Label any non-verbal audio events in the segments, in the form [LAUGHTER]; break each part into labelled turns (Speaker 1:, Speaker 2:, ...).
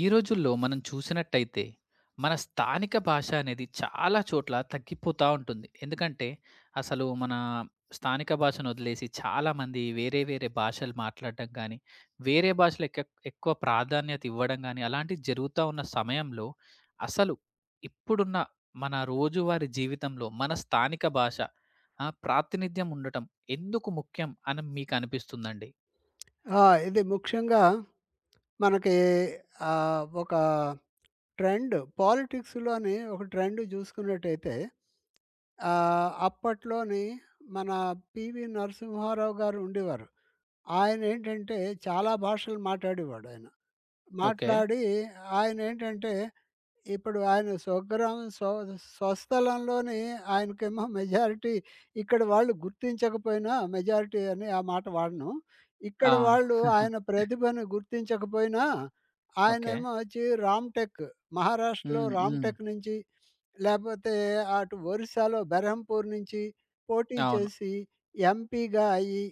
Speaker 1: ఈ రోజుల్లో మనం చూసినట్టయితే మన స్థానిక భాష అనేది చాలా చోట్ల తగ్గిపోతూ ఉంటుంది. ఎందుకంటే అసలు మన స్థానిక భాషను వదిలేసి చాలామంది వేరే వేరే భాషలు మాట్లాడడం కానీ, వేరే భాషలకు ఎక్కువ ప్రాధాన్యత ఇవ్వడం కానీ అలాంటివి జరుగుతూ ఉన్న సమయంలో అసలు ఇప్పుడున్న మన రోజువారీ జీవితంలో మన స్థానిక భాష ప్రాతినిధ్యం ఉండటం ఎందుకు ముఖ్యం అని మీకు అనిపిస్తుందండి?
Speaker 2: ఆ! ఇది ముఖ్యంగా మనకి ఒక ట్రెండ్ పాలిటిక్స్‌లోని ఒక ట్రెండ్ జూసుకున్నట్టయితే అప్పట్లోని మన 'పివి నరసింహారావు' గారు ఉండేవారు. ఆయనేంటంటే చాలా భాషలు మాట్లాడేవాడాయన.
Speaker 1: ఓకే.
Speaker 2: మాట్లాడి ఆయనేంటంటే ఇప్పుడు ఆయన స్వగ్రామం స్వస్థలంలోని ఆయనకేమో మెజారిటీ ఇక్కడ వాళ్ళు గుర్తించకపోయినా మెజారిటీ అని ఆ మాట వాడను. ఇక్కడ
Speaker 1: ఆ!
Speaker 2: వాళ్ళు
Speaker 1: [LAUGHS]
Speaker 2: ఆయన ప్రతిభను గుర్తించకపోయినా
Speaker 1: ఓకే.
Speaker 2: ఆయనేమో వచ్చి మహారాష్ట్రలో
Speaker 1: హ్మ్. హ్మ్.
Speaker 2: రామ్‌టెక్ నుంచి లేపోతే అటు ఒరిస్సాలో బెరహంపూర్ నుంచి పోటీ
Speaker 1: అవును.
Speaker 2: చేసి ఎంపీగా అయ్యి,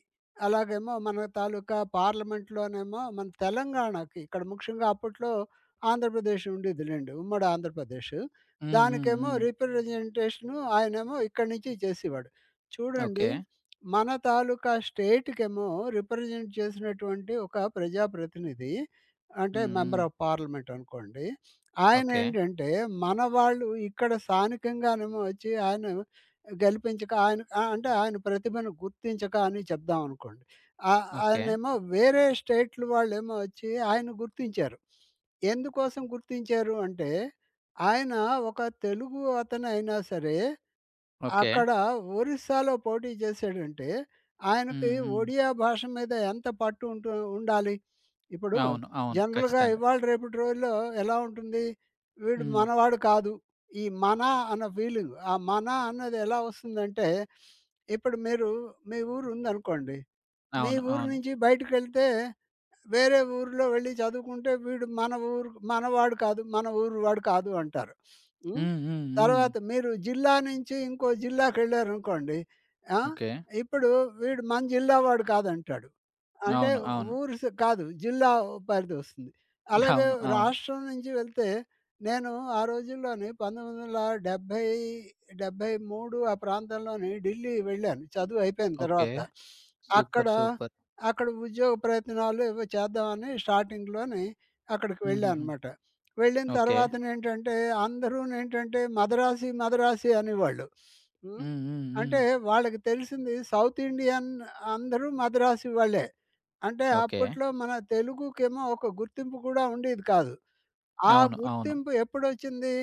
Speaker 2: అలాగేమో మన తాలూకా పార్లమెంట్‌లోనేమో మన తెలంగాణకి ఇక్కడ ముఖ్యంగా అప్పట్లో ఆంధ్రప్రదేశ్ ఉండేదిలెండి. ఉమ్మడి ఆంధ్రప్రదేశ్.
Speaker 1: హ్మ్. హ్మ్.
Speaker 2: దానికేమో
Speaker 1: హ్మ్.
Speaker 2: రిప్రజెంటేషను ఆయనేమో ఇక్కడి నుంచి చేసేవాడు. చూడండి,
Speaker 1: ఓకే.
Speaker 2: మన తాలూకా స్టేట్‌కేమో రిప్రజెంట్ చేసినటువంటి ఒక ప్రజాప్రతినిధి, అంటే
Speaker 1: హ్మ్. హ్మ్.
Speaker 2: మెంబర్ ఆఫ్ పార్లమెంట్ అనుకోండి.
Speaker 1: ఓకే.
Speaker 2: ఆయనేంటంటే, మన వాళ్ళు ఇక్కడ స్థానికంగానేమో వచ్చి ఆయన గెలిపించక ఆయన అంటే ఆయన ప్రతిభను గుర్తించక అని చెప్దాం అనుకోండి.
Speaker 1: ఓకే.
Speaker 2: ఆయనేమో వేరే స్టేట్‌లు వాళ్ళేమో వచ్చి ఆయన్ని గుర్తించారు. ఎందుకోసం గుర్తించారు అంటే, ఆయన ఒక తెలుగు అతనైనా సరే
Speaker 1: ఓకే.
Speaker 2: అక్కడ ఒరిస్సాలో పోటీ చేసాడంటే, ఆయనకి
Speaker 1: హ్మ్. హ్మ్.
Speaker 2: ఒడియా భాష మీద ఎంత పట్టు ఉండాలి? ఇప్పుడు
Speaker 1: అవును. అవును.
Speaker 2: జనరల్‌గా
Speaker 1: ఖచ్చితంగా.
Speaker 2: ఇవాళ రేపటి రోజుల్లో ఎలా ఉంటుంది? వీడు
Speaker 1: హ్మ్.
Speaker 2: మనవాడు కాదు. ఈ 'మన' అన్న ఫీలింగ్. ఆ 'మన' అన్నది ఎలా వస్తుందంటే, ఇప్పుడు మీరు మీ ఊరు ఉందనుకోండి. మీ
Speaker 1: అవును.
Speaker 2: ఊరు
Speaker 1: అవును.
Speaker 2: నుంచి బయటికెళ్తే వేరే ఊరిలో వెళ్ళి చదువుకుంటే వీడు మన ఊరు మనవాడు కాదు, మన ఊరు వాడు కాదు అంటారు. హ్మ్.
Speaker 1: హ్మ్. హ్మ్. హ్మ్.
Speaker 2: తర్వాత మీరు జిల్లా నుంచి ఇంకో జిల్లాకెళ్ళారనుకోండి. ఆ!
Speaker 1: ఓకే.
Speaker 2: ఇప్పుడు వీడు మన జిల్లా వాడు కాదంటాడు. అంటే
Speaker 1: అవును. అవును.
Speaker 2: ఊరు స్ కాదు. జిల్లా పరిధి వస్తుంది. అలాగే
Speaker 1: అవును. అవును.
Speaker 2: రాష్ట్రం నుంచి వెళ్తే నేను ఆ రోజుల్లోని 1970, 73 ఆ ప్రాంతంలోని ఢిల్లీ వెళ్ళాను. చదువు అయిపోయిన
Speaker 1: ఓకే.
Speaker 2: తర్వాత. అక్కడ,
Speaker 1: సూపర్. సూపర్.
Speaker 2: అక్కడ ఉద్యోగ ప్రయత్నాలు ఏవో చేద్దామని స్టార్టింగ్‌లోని అక్కడికి
Speaker 1: హుహుహు.
Speaker 2: వెళ్ళానన్నమాట. వెళ్ళిన
Speaker 1: ఓకే.
Speaker 2: తర్వాతనేంటంటే అందరూనేంటంటే మద్రాసీ అనేవాళ్ళు. హ్మ్.
Speaker 1: హ్మ్. హ్మ్. హ్మ్.
Speaker 2: అంటే వాళ్ళకి తెలిసింది సౌత్ ఇండియన్ అందరూ మద్రాసీ వాళ్ళే. అంటే
Speaker 1: ఓకే.
Speaker 2: అప్పట్లో మన తెలుగుకేమో ఒక గుర్తింపు కూడా ఉండేది కాదు. ఆ
Speaker 1: అవును. అవును.
Speaker 2: గుర్తింపు ఎప్పుడొచ్చింది?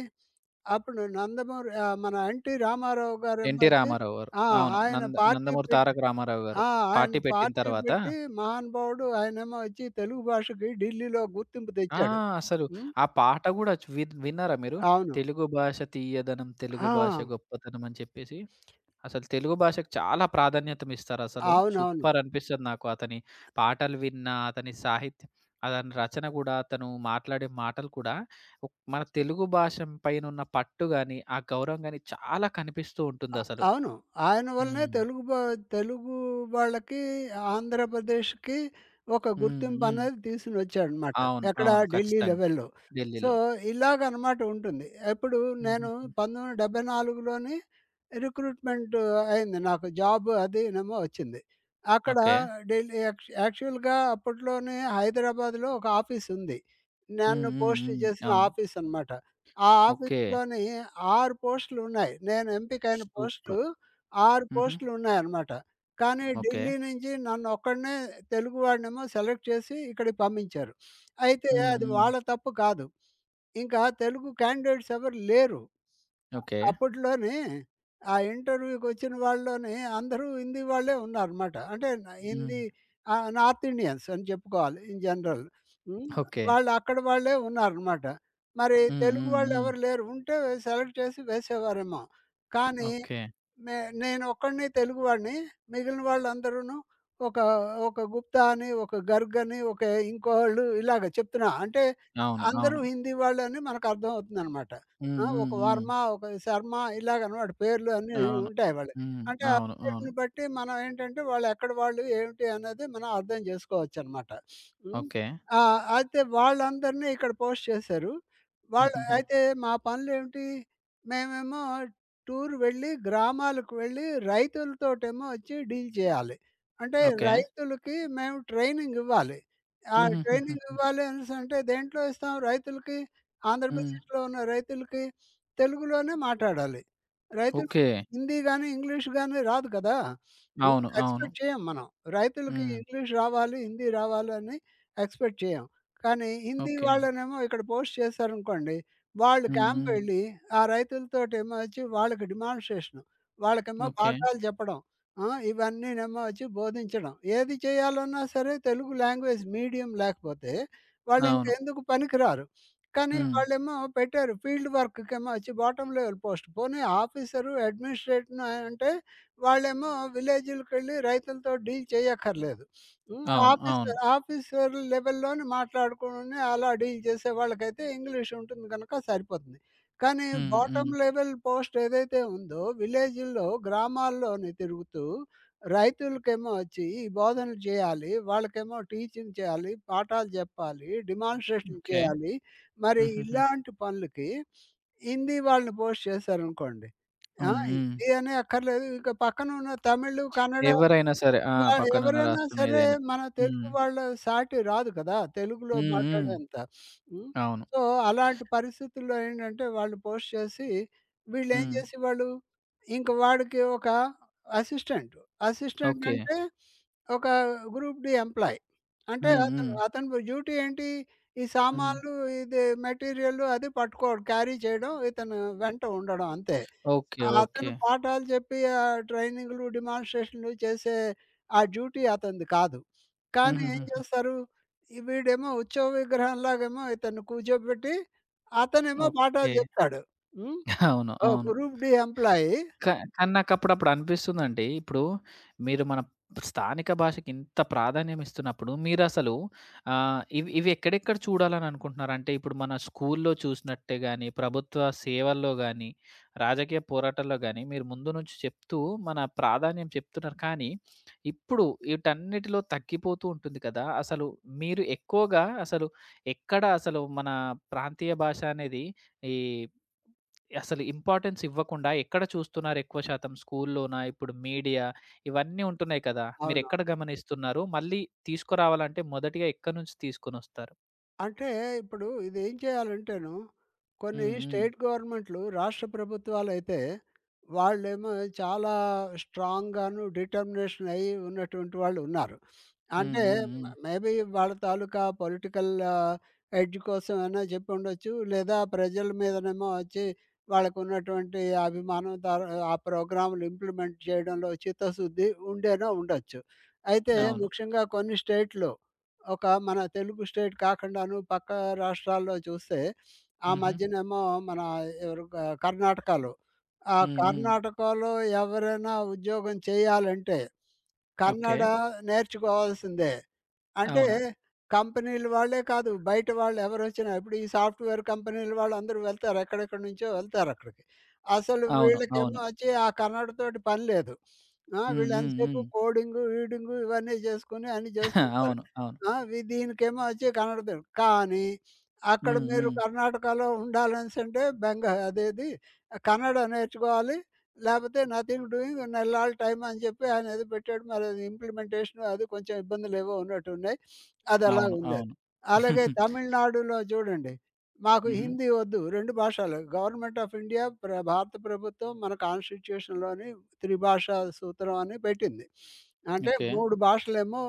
Speaker 2: అప్పుడు నందమూరి మన ఎన్టీ రామారావు గారేమో
Speaker 1: 'ఎన్టీ
Speaker 2: వచ్చి
Speaker 1: రామారావు' గారు.
Speaker 2: ఆ!
Speaker 1: అవును.
Speaker 2: ఆయన
Speaker 1: నంద
Speaker 2: పార్టీ
Speaker 1: నందమూరి
Speaker 2: పెట్టి
Speaker 1: తారక రామారావు గారు.
Speaker 2: ఆ! ఆయన
Speaker 1: పార్టీ పెట్టిన
Speaker 2: పార్టీ
Speaker 1: తర్వాత
Speaker 2: పెట్టి మహానుభావుడు ఆయనేమో వచ్చి తెలుగు భాషకి ఢిల్లీలో గుర్తింపు
Speaker 1: ఆ!
Speaker 2: తెచ్చాడు.
Speaker 1: అసలు
Speaker 2: హ్మ్.
Speaker 1: ఆ పాట గూడా చు వి విన్నారా మీరు?
Speaker 2: అవును.
Speaker 1: తెలుగు భాష తీయదనం, తెలుగు
Speaker 2: ఆ!
Speaker 1: భాష గొప్పతనం అని చెప్పేసి. అసలు తెలుగు భాషకు చాలా ప్రాధాన్యతనిస్తారసలు.
Speaker 2: అవునవును.
Speaker 1: సూపర్ అనిపిస్తది నాకు అతని పాటలు విన్న, అతని సాహిత్యం, అతని రచన గూడా, అతను మాట్లాడే మాటలు కూడా మన తెలుగు భాష పైనున్న పట్టు గాని, ఆ గౌరవం గాని చాలా కనిపిస్తూ ఉంటుందసలు.
Speaker 2: అవును. ఆయన వల్లనే
Speaker 1: హ్మ్.
Speaker 2: తెలుగు వాళ్ళకి, ఆంధ్రప్రదేశ్‌కి ఒక
Speaker 1: హ్మ్. హ్మ్.
Speaker 2: గుర్తింపనేది తీసుకొనొచ్చాడనమాట.
Speaker 1: అవును.
Speaker 2: ఎక్కడ,
Speaker 1: అవును.
Speaker 2: ఢిల్లీ
Speaker 1: ఖచ్చితంగా.
Speaker 2: లెవెల్‌లో. సో,
Speaker 1: ఢిల్లీలో.
Speaker 2: ఇలాగనమాట ఉంటుంది. ఎప్పుడు నేను
Speaker 1: హుహుహు.
Speaker 2: 1974లోని రిక్రూట్‌మెంట్ అయింది. నాకు జాబ్ అదీనేమో వచ్చింది. అక్కడ
Speaker 1: ఓకే.
Speaker 2: ఢిల్లీ యాక్ యాక్చువల్‌గా అప్పట్లోనే హైదరాబాద్‌లో ఒక ఆఫీసుంది.
Speaker 1: హ్మ్.
Speaker 2: నన్ను
Speaker 1: హ్మ్.
Speaker 2: పోస్ట్
Speaker 1: హ్మ్.
Speaker 2: చేసిన
Speaker 1: అవును.
Speaker 2: ఆఫీసనమాట. ఆ
Speaker 1: ఓకే.
Speaker 2: ఆఫీస్‌లోని 6 పోస్టులున్నాయి. నేను ఎంపికైన పోస్టు
Speaker 1: సూపర్.
Speaker 2: 6
Speaker 1: హుహు.
Speaker 2: పోస్టులున్నాయనమాట. కానీ
Speaker 1: ఓకే.
Speaker 2: ఢిల్లీ నుంచి తెలుగువాడినేమో సెలెక్ట్ చేసి ఇక్కడికి పంపించారు. అయితే
Speaker 1: హ్మ్.
Speaker 2: అది
Speaker 1: హ్మ్.
Speaker 2: వాళ్ళ తప్పు కాదు. ఇంకా తెలుగు క్యాండిడేట్స్ ఎవరు లేరు.
Speaker 1: ఓకే.
Speaker 2: అప్పట్లోని ఆ ఇంటర్వ్యూకొచ్చిన వాళ్ళలోని అందరూ హిందీ వాళ్ళే ఉన్నారనమాట. అంటే
Speaker 1: హ్మ్.
Speaker 2: నార్త్ ఇండియన్స్ అని చెప్పుకోవాలి ఇన్ జనరల్. హ్మ్.
Speaker 1: ఓకే.
Speaker 2: వాళ్ళు అక్కడి వాళ్ళే ఉన్నారనమాట. మరి
Speaker 1: హ్మ్.
Speaker 2: తెలుగు
Speaker 1: హ్మ్. హ్మ్.
Speaker 2: వాళ్ళెవరు లేరు. ఉంటే సెలెక్ట్ చేసి వేసేవారేమో. కానీ
Speaker 1: ఓకే.
Speaker 2: నే నేనొక్కడిని తెలుగువాడిని. మిగిలిన వాళ్ళందరూను ఒక ఒక గుప్తా అని, ఒక గర్గ్ అని, ఒక ఇంకోళ్ళు ఇలాగ చెప్తున్నా. అంటే
Speaker 1: అవును.
Speaker 2: అందరూ
Speaker 1: అవును.
Speaker 2: హిందీ వాళ్ళని మనకర్థం అవుతుందనమాట.
Speaker 1: హ్మ్.
Speaker 2: ఆ!
Speaker 1: హ్మ్.
Speaker 2: ఒక
Speaker 1: హ్మ్.
Speaker 2: వర్మ, ఒక శర్మ ఇలాగనమాట పేర్లు అన్నీ
Speaker 1: అవును.
Speaker 2: ఉంటాయి వాళ్ళయి.
Speaker 1: హ్మ్.
Speaker 2: అంటే ఆ
Speaker 1: అవును. అవును.
Speaker 2: పేరుని బట్టి మనం ఏంటంటే వాళ్ళెక్కడి వాళ్ళు, ఏమిటి అనేది మనం అర్థం జేసుకోవచ్చనమాట. హ్మ్.
Speaker 1: ఓకే.
Speaker 2: ఆ! అయితే వాళ్ళందరినీ ఇక్కడ పోస్ట్ చేశారు. వాళ్ళు
Speaker 1: హుహుహు.
Speaker 2: అయితే మా పనులేమిటి? మేమేమో టూర్ వెళ్ళి గ్రామాలకు వెళ్ళి రైతులతోటేమో వచ్చి డీల్ చేయాలి. అంటే
Speaker 1: ఓకే.
Speaker 2: రైతులకి మేము ట్రైనింగ్ ఇవ్వాలి. ఆ ట్రైనింగ్
Speaker 1: హుహుహుహుహు.
Speaker 2: ఇవ్వాలి అనేసంటే దేంట్లో ఇస్తాం రైతులకి?
Speaker 1: హ్మ్.
Speaker 2: ఆంధ్రప్రదేశ్‌లో ఉన్న రైతులకి తెలుగులోనే మాట్లాడాలి. రైతులకి
Speaker 1: ఓకే.
Speaker 2: హిందీ గాని, ఇంగ్లీష్ గాని రాదు కదా! హ్మ్.
Speaker 1: అవును. అవును.
Speaker 2: ఎక్స్‌పెక్ట్ చేయం మనం. రైతులకి
Speaker 1: హ్మ్.
Speaker 2: ఇంగ్లీష్ రావాలి, హిందీ రావాలని ఎక్స్‌పెక్ట్ చేయం. కానీ హిందీ
Speaker 1: ఓకే.
Speaker 2: వాళ్ళనేమో ఇక్కడ పోస్ట్ చేశారనుకోండి, వాళ్ళు
Speaker 1: హ్మ్. హ్మ్.
Speaker 2: క్యాంపెళ్ళి ఆ రైతులతోటేమో వచ్చి వాళ్ళకి డిమాన్‌స్ట్రేషను. వాళ్ళకేమో
Speaker 1: ఓకే.
Speaker 2: పాఠాలు చెప్పడం. ఆ! ఇవన్నీనేమో వచ్చి బోధించడం. ఏది చేయాలన్నా సరే తెలుగు లాంగ్వేజ్ మీడియం లేకపోతే
Speaker 1: అవును.
Speaker 2: వాళ్ళింకెందుకు పనికిరారు. కానీ
Speaker 1: హ్మ్.
Speaker 2: వాళ్ళేమో పెట్టారు ఫీల్డ్ వర్క్‌కేమో వచ్చి బాటమ్ లెవెల్ పోస్ట్. పోనీ ఆఫీసరు, అడ్మినిస్ట్రేటర్‌ను, అంటే వాళ్ళేమో విలేజులకెళ్ళి రైతులతో డీల్ చేయక్కర్లేదు. హ్మ్.
Speaker 1: అవును. అవును.
Speaker 2: ఆఫీసర్ లెవెల్‌లోని మాట్లాడుకొని అలా డీల్ చేసే వాళ్ళకైతే ఇంగ్లీష్ ఉంటుంది గనక సరిపోతుంది. కానీ
Speaker 1: హ్మ్.
Speaker 2: బాటమ్
Speaker 1: హ్మ్.
Speaker 2: లెవెల్ పోస్ట్ ఏదైతే ఉందో విలేజుల్లో, గ్రామాల్లోని తిరుగుతూ రైతులకేమో వచ్చి ఈ బోధనలు చేయాలి. వాళ్ళకేమో టీచింగ్ చేయాలి, పాఠాలు చెప్పాలి, డెమాన్‌స్ట్రేషన్
Speaker 1: ఓకే.
Speaker 2: చేయాలి. మరి
Speaker 1: హుహుహు.
Speaker 2: ఇలాంటి పనులకి హిందీ వాళ్ళని పోస్ట్ చేశారనుకోండి. ఆ!
Speaker 1: హ్మ్. హ్మ్.
Speaker 2: హిందీ అనే అక్కర్లేదు. ఇక పక్కన ఉన్న తమిళ్, కన్నడ
Speaker 1: ఎవరైనా సరే. ఆ! పక్కనున్న
Speaker 2: ఎవరైనా
Speaker 1: రాష్ట్రం
Speaker 2: సరే
Speaker 1: ఏదైనా.
Speaker 2: మన
Speaker 1: హ్మ్.
Speaker 2: తెలుగు వాళ్ళ సాటి రాదు కదా! తెలుగులో
Speaker 1: హ్మ్. హ్మ్.
Speaker 2: మాట్లాడేంత. హ్మ్.
Speaker 1: అవును.
Speaker 2: సో, అలాంటి పరిస్థితుల్లో ఏంటంటే వాళ్ళు పోస్ట్ చేసి వీళ్ళేం
Speaker 1: హ్మ్.
Speaker 2: చేసేవాళ్ళు, ఇంక వాడికి ఒక అసిస్టెంట్. Assistant
Speaker 1: okay.
Speaker 2: అంటే ఒక గ్రూప్ డి ఎంప్లాయీ. అంటే
Speaker 1: హ్మ్. హ్మ్.
Speaker 2: అతని డ్యూటీ ఏంటి? ఈ
Speaker 1: హ్మ్.
Speaker 2: సామాన్లు, ఇది మెటీరియల్ అది పట్టుకోవడం, క్యారీ చేయడం, ఇతను వెంట ఉండడం అంతే.
Speaker 1: ఓకే. ఓకే.
Speaker 2: అతను పాఠాలు చెప్పి ట్రైనింగ్‌లు, డెమాన్‌స్ట్రేషన్‌లు చేసే ఆ డ్యూటీ అతనిది కాదు. కానీ ఏం
Speaker 1: హుహుహుహు.
Speaker 2: చేస్తారు, వీడేమో ఉత్సవ విగ్రహంలాగేమో ఇతన్ని కూర్చోబెట్టి, అతనేమో
Speaker 1: ఓకే.
Speaker 2: పాఠాలు చెప్తాడు. హ్మ్.
Speaker 1: [LAUGHS] అవును.
Speaker 2: ఓహ్!
Speaker 1: అవును.
Speaker 2: Group D employee.
Speaker 1: కానీ నాకప్పుడప్పుడు అనిపిస్తుందండి. ఇప్పుడు మీరు మన స్థానిక భాషకి ఇంత ప్రాధాన్యం ఇస్తున్నప్పుడు మీరసలు ఇవి ఇవి ఎక్కడెక్కడ చూడాలని అనుకుంటున్నారు? అంటే ఇప్పుడు మన స్కూల్లో చూసినట్టే గాని, ప్రభుత్వ సేవల్లో గాని, రాజకీయ పోరాటాల్లో గాని మీరు ముందు నుంచి చెప్తూ మన ప్రాధాన్యం చెప్తున్నారు. కానీ ఇప్పుడు వీటన్నిటిలో తగ్గిపోతూ ఉంటుంది కదా! అసలు మీరు ఎక్కువగా అసలు ఎక్కడ అసలు మన ప్రాంతీయ భాష అనేది ఈ అసలు ఇంపార్టెన్స్ ఇవ్వకుండా ఎక్కడ చూస్తున్నారు ఎక్కువ శాతం? స్కూల్లోనా? ఇప్పుడు మీడియా ఇవన్నీ ఉంటున్నాయి కదా!
Speaker 2: అవును.
Speaker 1: మీరెక్కడ గమనిస్తున్నారు? మళ్ళీ తీసుకురావాలంటే మొదటిగా ఎక్కడి నుంచి తీసుకొనొస్తారు?
Speaker 2: అంటే ఇప్పుడు ఇదేం చేయాలంటేను, కొన్ని
Speaker 1: హ్మ్. హ్మ్.
Speaker 2: స్టేట్ గవర్నమెంట్‌లు రాష్ట్ర ప్రభుత్వాలైతే, వాళ్ళేమో చాలా స్ట్రాంగ్‌గాను డిటర్మినేషన్ అయ్యి ఉన్నటువంటి వాళ్ళు ఉన్నారు.
Speaker 1: హ్మ్.
Speaker 2: అంటే
Speaker 1: హ్మ్.
Speaker 2: ఓకే.
Speaker 1: హ్మ్.
Speaker 2: మేబీ వాళ్ళ తాలూకా పొలిటికల్ ఎడ్జ్ కోసం అయినా చెప్పుండొచ్చు. లేదా ప్రజల మీదనేమో వచ్చి వాళ్ళకున్నటువంటి అభిమానం తర్ ఆ ప్రోగ్రామ్‌లు ఇంప్లిమెంట్ చేయడంలో చిత్తశుద్ధి ఉండేనో ఉండొచ్చు. అయితే
Speaker 1: అవును.
Speaker 2: ముఖ్యంగా కొన్ని స్టేట్‌లో, ఒక మన తెలుగు స్టేట్ కాకుండాను పక్క రాష్ట్రాల్లో చూస్తే, ఆ
Speaker 1: హుహు.
Speaker 2: మధ్యనేమో మన ఎవరు క కర్ణాటకలో. ఆ
Speaker 1: హ్మ్. హ్మ్.
Speaker 2: కర్ణాటకలో ఎవరైనా ఉద్యోగం చేయాలంటే,
Speaker 1: ఓకే.
Speaker 2: కన్నడ నేర్చుకోవాల్సిందే. అంటే
Speaker 1: అవును.
Speaker 2: కంపెనీల వాళ్ళే కాదు, బయట వాళ్ళు ఎవరొచ్చినా ఇప్పుడు ఈ సాఫ్ట్‌వేర్ కంపెనీల వాళ్ళందరూ వెళ్తారు. ఎక్కడెక్కడి నుంచో వెళ్తారక్కడికి. అసలు
Speaker 1: అవును.
Speaker 2: వీళ్ళకేమో
Speaker 1: అవును.
Speaker 2: వచ్చి ఆ కన్నడ తోటి పని లేదు. ఆ!
Speaker 1: హ్మ్. హ్మ్.
Speaker 2: వీళ్ళెంతసేపు
Speaker 1: హ్మ్.
Speaker 2: కోడింగు, ఈడింగు ఇవన్నీ చేసుకొని అన్ని
Speaker 1: [LAUGHS]
Speaker 2: చేస్తుంటారు.
Speaker 1: అవును. అవును.
Speaker 2: ఆ! దీనికేమో వచ్చి కన్నడ ఫిల్మ్. కానీ అక్కడ
Speaker 1: హ్మ్.
Speaker 2: మీరు
Speaker 1: హ్మ్.
Speaker 2: కర్ణాటకలో ఉండాలనేసంటే బెంగ అదేది కన్నడ నేర్చుకోవాలి. లేపోతే నథింగ్ డూయింగ్ నెల్లాళ్ళ టైం అని చెప్పి ఆయన ఏదో పెట్టాడు. మరి అది ఇంప్లిమెంటేషన్ అది కొంచెం ఇబ్బందులేవో ఉన్నట్టున్నాయి. అది
Speaker 1: అవును.
Speaker 2: అలాగుందది.
Speaker 1: అవును.
Speaker 2: అలాగే
Speaker 1: [LAUGHS]
Speaker 2: తమిళనాడులో చూడండి. మాకు
Speaker 1: హుహు.
Speaker 2: హిందీ వద్దు 2 భాషలు. గవర్నమెంట్ ఆఫ్ ఇండియా ప్ర భారత ప్రభుత్వం మన కాన్స్టిట్యూషన్‌లోని త్రిభాషా సూత్రం అని పెట్టింది. అంటే
Speaker 1: ఓకే.
Speaker 2: 3 భాషలేమో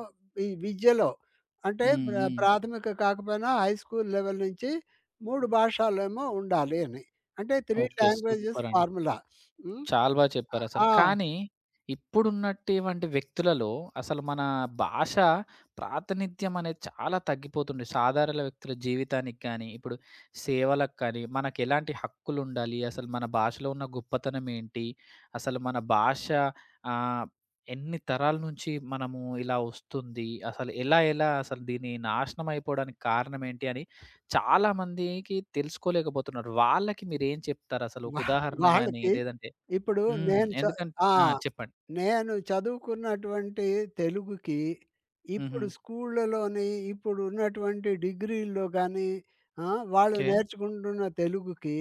Speaker 2: ఈ విద్యలో, అంటే
Speaker 1: హ్మ్.
Speaker 2: ప్ర హుహు.
Speaker 1: హ్మ్.
Speaker 2: ప్రాథమిక కాకపోయినా హై స్కూల్ లెవెల్ నుంచి 3 భాషలేమో ఉండాలి అని. అంటే 3
Speaker 1: ఓకే.
Speaker 2: లాంగ్వేజెస్
Speaker 1: సూపరండి.
Speaker 2: ఫార్ములా. హ్మ్.
Speaker 1: చాలా బాగా చెప్పారసలు.
Speaker 2: ఆ!
Speaker 1: కానీ, ఇప్పుడున్నటివంటి వ్యక్తులలో అసలు మన భాష ప్రాతినిధ్యం అనేది చాలా తగ్గిపోతుంది. సాధారణ వ్యక్తుల జీవితానికి కానీ, ఇప్పుడు సేవలకు కానీ, మనకెలాంటి హక్కులుండాలి? అసలు మన భాషలో ఉన్న గొప్పతనం ఏంటి? అసలు మన భాష ఆహ్, ఎన్ని తరాల నుంచి మనము ఇలా వస్తుంది? అసలు ఎలా ఎలా అసలు దీని నాశనం అయిపోవడానికి కారణం ఏంటి? అని చాలామందికి తెలుసుకోలేకపోతున్నారు. వాళ్ళకి మీరేం చెప్తారసలు? ఒక
Speaker 2: వా
Speaker 1: ఉదాహరణ గాని
Speaker 2: వాళ్ళకి
Speaker 1: లేదంటే
Speaker 2: ఇప్పుడు
Speaker 1: హ్మ్.
Speaker 2: నేను చ ఆ!
Speaker 1: ఆ! చెప్పండి.
Speaker 2: నేను చదువుకున్నటువంటి తెలుగుకి
Speaker 1: హుహు.
Speaker 2: ఇప్పుడు స్కూళ్ళలోని ఇప్పుడు ఉన్నటువంటి డిగ్రీల్లో గానీ, ఆ! వాళ్ళు
Speaker 1: ఓకే.
Speaker 2: నేర్చుకుంటున్న తెలుగుకి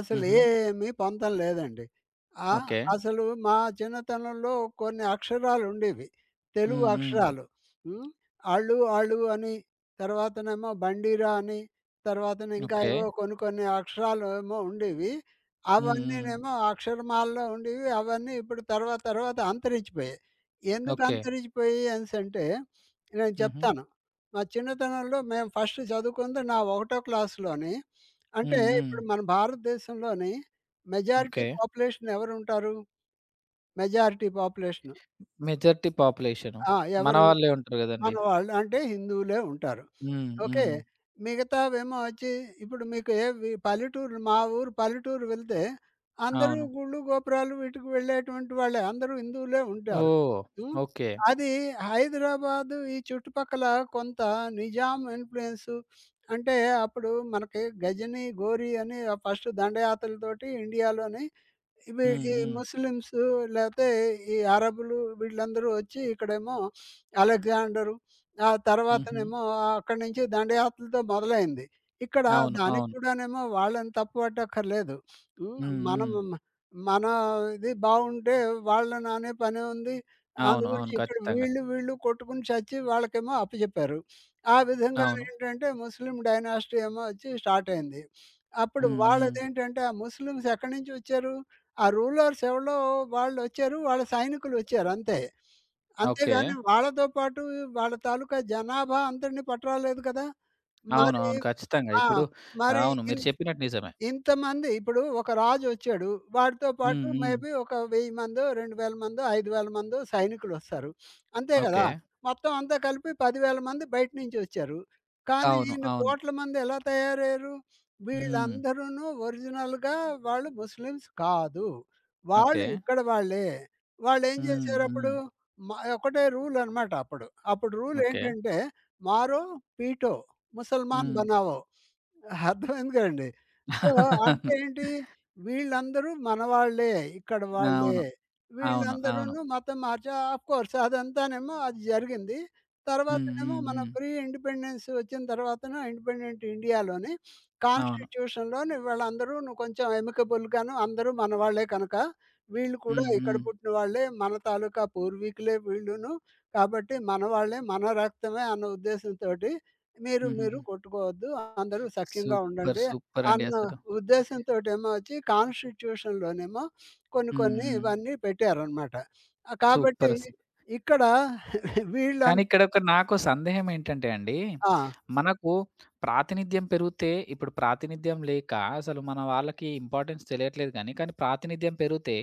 Speaker 2: అసలు
Speaker 1: హుహు.
Speaker 2: ఏమీ పొంతన లేదండి. ఆ!
Speaker 1: ఓకే.
Speaker 2: అసలు మా చిన్నతనంలో కొన్ని అక్షరాలుండేవి. తెలుగు
Speaker 1: హ్మ్. హ్మ్.
Speaker 2: అక్షరాలు. హ్మ్. అళ్ళు, అళు అని, తర్వాతనేమో బండిరా అని, తర్వాతన ఇంకా
Speaker 1: ఓకే.
Speaker 2: ఏవో కొన్ని కొన్ని అక్షరాలు ఏమో ఉండేవి.
Speaker 1: హ్మ్. హ్మ్.
Speaker 2: అవన్నీనేమో అక్షరమాలలో ఉండేవి. అవన్నీ ఇప్పుడు తర్వాత తర్వాత అంతరించిపోయాయి. ఎందుకు
Speaker 1: ఓకే.
Speaker 2: అంతరించిపోయాయి అనేసంటే, నేను
Speaker 1: హుహు.
Speaker 2: చెప్తాను. మా చిన్నతనంలో మేము ఫస్ట్ చదువుకుంది నా ఒకటో క్లాస్‌లోని. అంటే
Speaker 1: హ్మ్. హ్మ్.
Speaker 2: ఇప్పుడు మన భారతదేశంలోని మెజారిటీ
Speaker 1: ఓకే.
Speaker 2: పాపులేషన్ ఎవరుంటారు? Majority population.
Speaker 1: Majority population.
Speaker 2: ఆ!
Speaker 1: మన
Speaker 2: ఎవరు?
Speaker 1: వాళ్ళే ఉంటారు
Speaker 2: మన
Speaker 1: గదండీ.
Speaker 2: వాళ్ళు. అంటే హిందువులే ఉంటారు.
Speaker 1: హ్మ్.
Speaker 2: ఓకే.
Speaker 1: హ్మ్.
Speaker 2: మిగతావేమో వచ్చి ఇప్పుడు మీకు ఏవి పల్లెటూరు మా ఊరు పల్లెటూరు వెళ్తే అందరూ
Speaker 1: అవును.
Speaker 2: గుళ్ళు, గోపురాలు వీటికి వెళ్ళేటువంటి వాళ్ళే. అందరూ హిందువులే ఉంటారు.
Speaker 1: ఓహ్!
Speaker 2: హ్మ్.
Speaker 1: ఓకే.
Speaker 2: అది హైదరాబాదు ఈ చుట్టుపక్కల కొంత నిజాం ఇన్‌ఫ్లూయెన్సు, అంటే అప్పుడు మనకి గజని, గోరి అని ఫస్ట్ దండయాత్రలతోటి ఇండియాలోని
Speaker 1: హ్మ్.
Speaker 2: ఈ
Speaker 1: హ్మ్.
Speaker 2: ముస్లిమ్స్ లేతే ఈ అరబులు వీళ్ళందరూ వచ్చి ఇక్కడేమో అలెగ్జాండరు, ఆ
Speaker 1: హుహు.
Speaker 2: తర్వాతనేమో అక్కడి నుంచి దండయాత్రలతో మొదలైంది. ఇక్కడ
Speaker 1: అవును.
Speaker 2: దానికి
Speaker 1: అవును.
Speaker 2: కూడానేమో వాళ్ళని తప్పు పట్టక్కర్లేదు. హ్మ్.
Speaker 1: హ్మ్.
Speaker 2: మనం
Speaker 1: హ్మ్.
Speaker 2: మన ఇది బావుంటే వాళ్ళని అనే పనే ఉంది.
Speaker 1: అవును. అవును.
Speaker 2: అందుగురించి ఇక్కడ
Speaker 1: ఖచ్చితంగా.
Speaker 2: వీళ్ళు కొట్టుకుని చచ్చి వాళ్ళకేమో అప్పజెప్పారు. ఆ విధంగా
Speaker 1: అవును.
Speaker 2: ఏంటంటే ముస్లిం డైనాసిటీ ఏమో వచ్చి స్టార్ట్ అయింది. అప్పుడు
Speaker 1: హ్మ్. హ్మ్.
Speaker 2: వాళ్ళదేంటంటే ఆ ముస్లిమ్స్ ఎక్కడి నుంచి వచ్చారు? ఆ రూలర్స్ ఎవలో వాళ్ళొచ్చారు. వాళ్ళ సైనికులొచ్చారు అంతే.
Speaker 1: ఓకే.
Speaker 2: అంతేగాని వాళ్ళతో పాటు వాళ్ళ తాలూకా జనాభా అందరిని పట్టరాలేదు కదా!
Speaker 1: అవును.
Speaker 2: మరి
Speaker 1: అవును. ఖచ్చితంగా.
Speaker 2: ఆ!
Speaker 1: ఇప్పుడు
Speaker 2: మరి
Speaker 1: అవును. మీరు
Speaker 2: ఇన్
Speaker 1: చెప్పినట్టు నిజమే.
Speaker 2: ఇంతమంది ఇప్పుడు ఒక రాజొచ్చాడు. వాడితో
Speaker 1: హ్మ్.
Speaker 2: పాటు
Speaker 1: హ్మ్.
Speaker 2: మేబీ ఒక 1000 మందో, 2000 మందో, 5000 మందో సైనికులొస్తారు. అంతే
Speaker 1: ఓకే.
Speaker 2: గదా! మొత్తం అంతా కలిపి 10,000 మంది బయట నుంచొచ్చారు. కానీ
Speaker 1: అవును.
Speaker 2: ఈయన
Speaker 1: అవును.
Speaker 2: కోట్ల మంది ఎలా తయారయ్యారు?
Speaker 1: హ్మ్.
Speaker 2: వీళ్ళందరూను ఒరిజినల్‌గా వాళ్ళు ముస్లిమ్స్ కాదు.
Speaker 1: ఓకే.
Speaker 2: వాళ్ళు ఇక్కడ వాళ్ళే. వాళ్ళేం
Speaker 1: హ్మ్. హ్మ్.
Speaker 2: జేశారప్పుడు? మ ఒకటే రూలనమాట అప్పుడు. అప్పుడు
Speaker 1: ఓకే.
Speaker 2: రూలేంటంటే, "మారో పీటో ముసల్మాన్
Speaker 1: హ్మ్.
Speaker 2: బనావో". అర్థమైంది గదండీ! సో, అంటే
Speaker 1: [LAUGHS]
Speaker 2: ఏంటి? వీళ్ళందరూ మనవాళ్ళే. ఇక్కడ వాళ్ళే.
Speaker 1: అవును.
Speaker 2: హ్మ్.
Speaker 1: అవును. అవును.
Speaker 2: వీళ్ళందరూను మతం మార్చా ఆఫ్‌కోర్స్ అదంతానేమో అది జరిగింది.
Speaker 1: హ్మ్.
Speaker 2: తర్వాతనేమో
Speaker 1: హ్మ్.
Speaker 2: మన
Speaker 1: హ్మ్.
Speaker 2: ప్రీ ఇండిపెండెన్స్ వచ్చిన తర్వాతన ఇండిపెండెంట్ ఇండియాలోని
Speaker 1: అవును.
Speaker 2: కాన్స్టిట్యూషన్‌లోని వీళ్ళందరూను కొంచెం ఎమికబుల్‌గాను అందరూ మనవాళ్ళే కనుక, వీళ్ళు కూడా
Speaker 1: హ్మ్.
Speaker 2: ఇక్కడ
Speaker 1: హ్మ్.
Speaker 2: పుట్టిన వాళ్ళే, మన తాలూకా పూర్వీకులే వీళ్ళును. కాబట్టి మనవాళ్ళే, మన రక్తమే అన్న ఉద్దేశంతోటి మీరు మీరు
Speaker 1: హుహుహు.
Speaker 2: కొట్టుకోవద్దు. అందరూ సఖ్యంగా
Speaker 1: సూపర్.
Speaker 2: ఉండండి
Speaker 1: సూపరండి
Speaker 2: అన్న
Speaker 1: అసలు.
Speaker 2: ఉద్దేశంతోటేమో వచ్చి కాన్స్టిట్యూషన్‌లోనేమో కొన్ని
Speaker 1: హ్మ్.
Speaker 2: కొన్ని
Speaker 1: హ్మ్.
Speaker 2: ఇవన్నీ పెట్టారనమాట. కాబట్టి
Speaker 1: సూపరసలు.
Speaker 2: ఇక్కడ [LAUGHS] వీళ్ళం
Speaker 1: కానీ ఇక్కడ ఒక నాకు సందేహం ఏంటంటే అండి,
Speaker 2: ఆ!
Speaker 1: మనకు ప్రాతినిధ్యం పెరిగితే ఇప్పుడు ప్రాతినిధ్యం లేక అసలు మన వాళ్ళకి ఇంపార్టెన్స్ తెలియట్లేదు గానీ, కానీ ప్రాతినిధ్యం పెరిగితే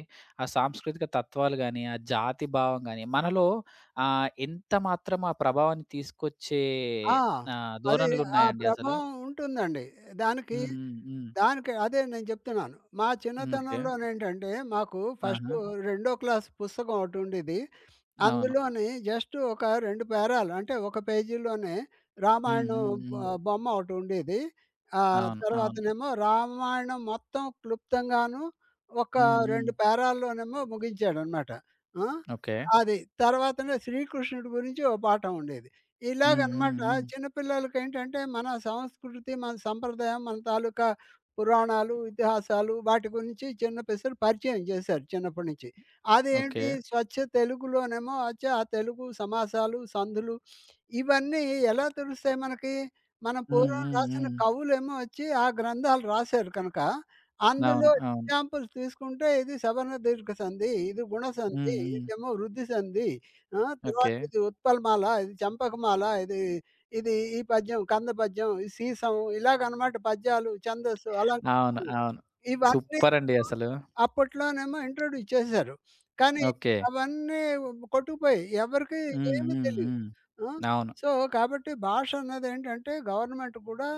Speaker 1: ఆ సాంస్కృతిక తత్వాలు గానీ, ఆ జాతి భావం గానీ, మనలో ఎంత మాత్రం ఆ ప్రభావాన్ని తీసుకొచ్చే
Speaker 2: ఆ! అది ఆ
Speaker 1: ధోరణులున్నాయండి అసలు?
Speaker 2: ప్రభావం ఉంటుందండి. దానికి
Speaker 1: హ్మ్. హ్మ్. హ్మ్.
Speaker 2: దానికి అదే నేను చెప్తున్నాను. మా
Speaker 1: హ్మ్. ఓకే.
Speaker 2: చిన్నతనంలోనేంటంటే, మాకు
Speaker 1: ఆహా!
Speaker 2: ఫస్టు రెండో క్లాస్ పుస్తకం ఒకటుండేది.
Speaker 1: అవును.
Speaker 2: అందులోని జస్ట్ ఒక 2 పేరాలు, అంటే, ఒక పేజీలోనే
Speaker 1: హ్మ్.
Speaker 2: రామాయణం
Speaker 1: హ్మ్.
Speaker 2: బ
Speaker 1: హ్మ్.
Speaker 2: బొమ్మ ఒకటుండేది.
Speaker 1: అవును. అవును.
Speaker 2: తర్వాతనేమో రామాయణం మొత్తం క్లుప్తంగాను ఒక
Speaker 1: హ్మ్. హ్మ్.
Speaker 2: 2 పేరాల్లోనేమో ముగించాడనమాట. ఆ!
Speaker 1: ఓకే.
Speaker 2: అది. తర్వాతనే శ్రీకృష్ణుడి గురించి ఓ పాఠం ఉండేది.
Speaker 1: హ్మ్. హ్మ్.
Speaker 2: ఇలాగనమాట
Speaker 1: హ్మ్.
Speaker 2: చిన్న పిల్లలకేంటంటే, మన సంస్కృతి, మన సంప్రదాయం, మన తాలూకా పురాణాలు, ఇతిహాసాలు వాటి గురించి చిన్న పిసరు పరిచయం చేశారు చిన్నప్పటి నుంచి.
Speaker 1: ఓకే.
Speaker 2: అదేంటి స్వచ్ఛ తెలుగులోనేమో అచ్చా ఆ తెలుగు సమాసాలు, సందులు ఇవన్నీ ఎలా తెలుస్తాయి మనకి? మనం
Speaker 1: హ్మ్.
Speaker 2: పూర్వం
Speaker 1: హ్మ్.
Speaker 2: రాసిన
Speaker 1: హ్మ్.
Speaker 2: కవులేమో వచ్చి ఆ గ్రంథాలు రాశారు కనుక, అందులో
Speaker 1: అవును. అవును.
Speaker 2: ఎగ్జాంపుల్స్ తీసుకుంటే ఇది సవర్ణ దీర్ఘ సంధి, ఇది గుణ సంధి,
Speaker 1: హ్మ్. హ్మ్.
Speaker 2: ఇదేమో వృద్ధి సంధి, ఆ!
Speaker 1: ఓకే.
Speaker 2: తర్వాత ఇది ఉత్పలమాల, ఇది చంపకమాల, ఇది ఇది ఈ పద్యం, కంద పద్యం, ఈ సీసం ఇలాగనమాట పద్యాలు, ఛందస్సు అలాంటి
Speaker 1: అవును. అవును.
Speaker 2: ఇవన్నీ
Speaker 1: సూపరండి అసలు.
Speaker 2: అప్పట్లోనేమో ఇంట్రొడ్యూస్ చేశారు. కానీ
Speaker 1: ఓకే.
Speaker 2: అవన్నీ కొట్టుకుపోయాయి. ఎవరికీ
Speaker 1: హ్మ్.
Speaker 2: ఏమి
Speaker 1: హ్మ్.
Speaker 2: తెలీవు.
Speaker 1: హ్మ్.
Speaker 2: ఆ!
Speaker 1: అవును.
Speaker 2: సో, కాబట్టి భాష అన్నదేంటంటే గవర్నమెంట్ కూడా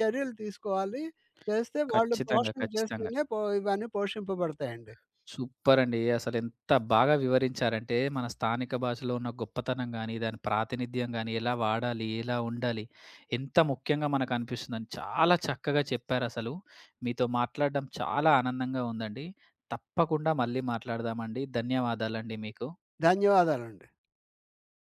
Speaker 2: చర్యలు తీసుకోవాలి. చేస్తే వాళ్ళు
Speaker 1: ఖచ్చితంగా.
Speaker 2: పోషణ
Speaker 1: ఖచ్చితంగా.
Speaker 2: చేస్తేనే ఇవన్నీ పోషింపబడతాయండి.
Speaker 1: సూపరండి. అసలెంత బాగా వివరించారంటే, మన స్థానిక భాషలో ఉన్న గొప్పతనం గాని, దాని ప్రాతినిధ్యం గాని, ఎలా వాడాలి, ఎలా ఉండాలి, ఎంత ముఖ్యంగా మనకనిపిస్తుందని చాలా చక్కగా చెప్పారసలు. మీతో మాట్లాడడం చాలా ఆనందంగా ఉందండి. తప్పకుండా మళ్ళీ మాట్లాడదామండి. ధన్యవాదాలండి మీకు.
Speaker 2: ధన్యవాదాలండి.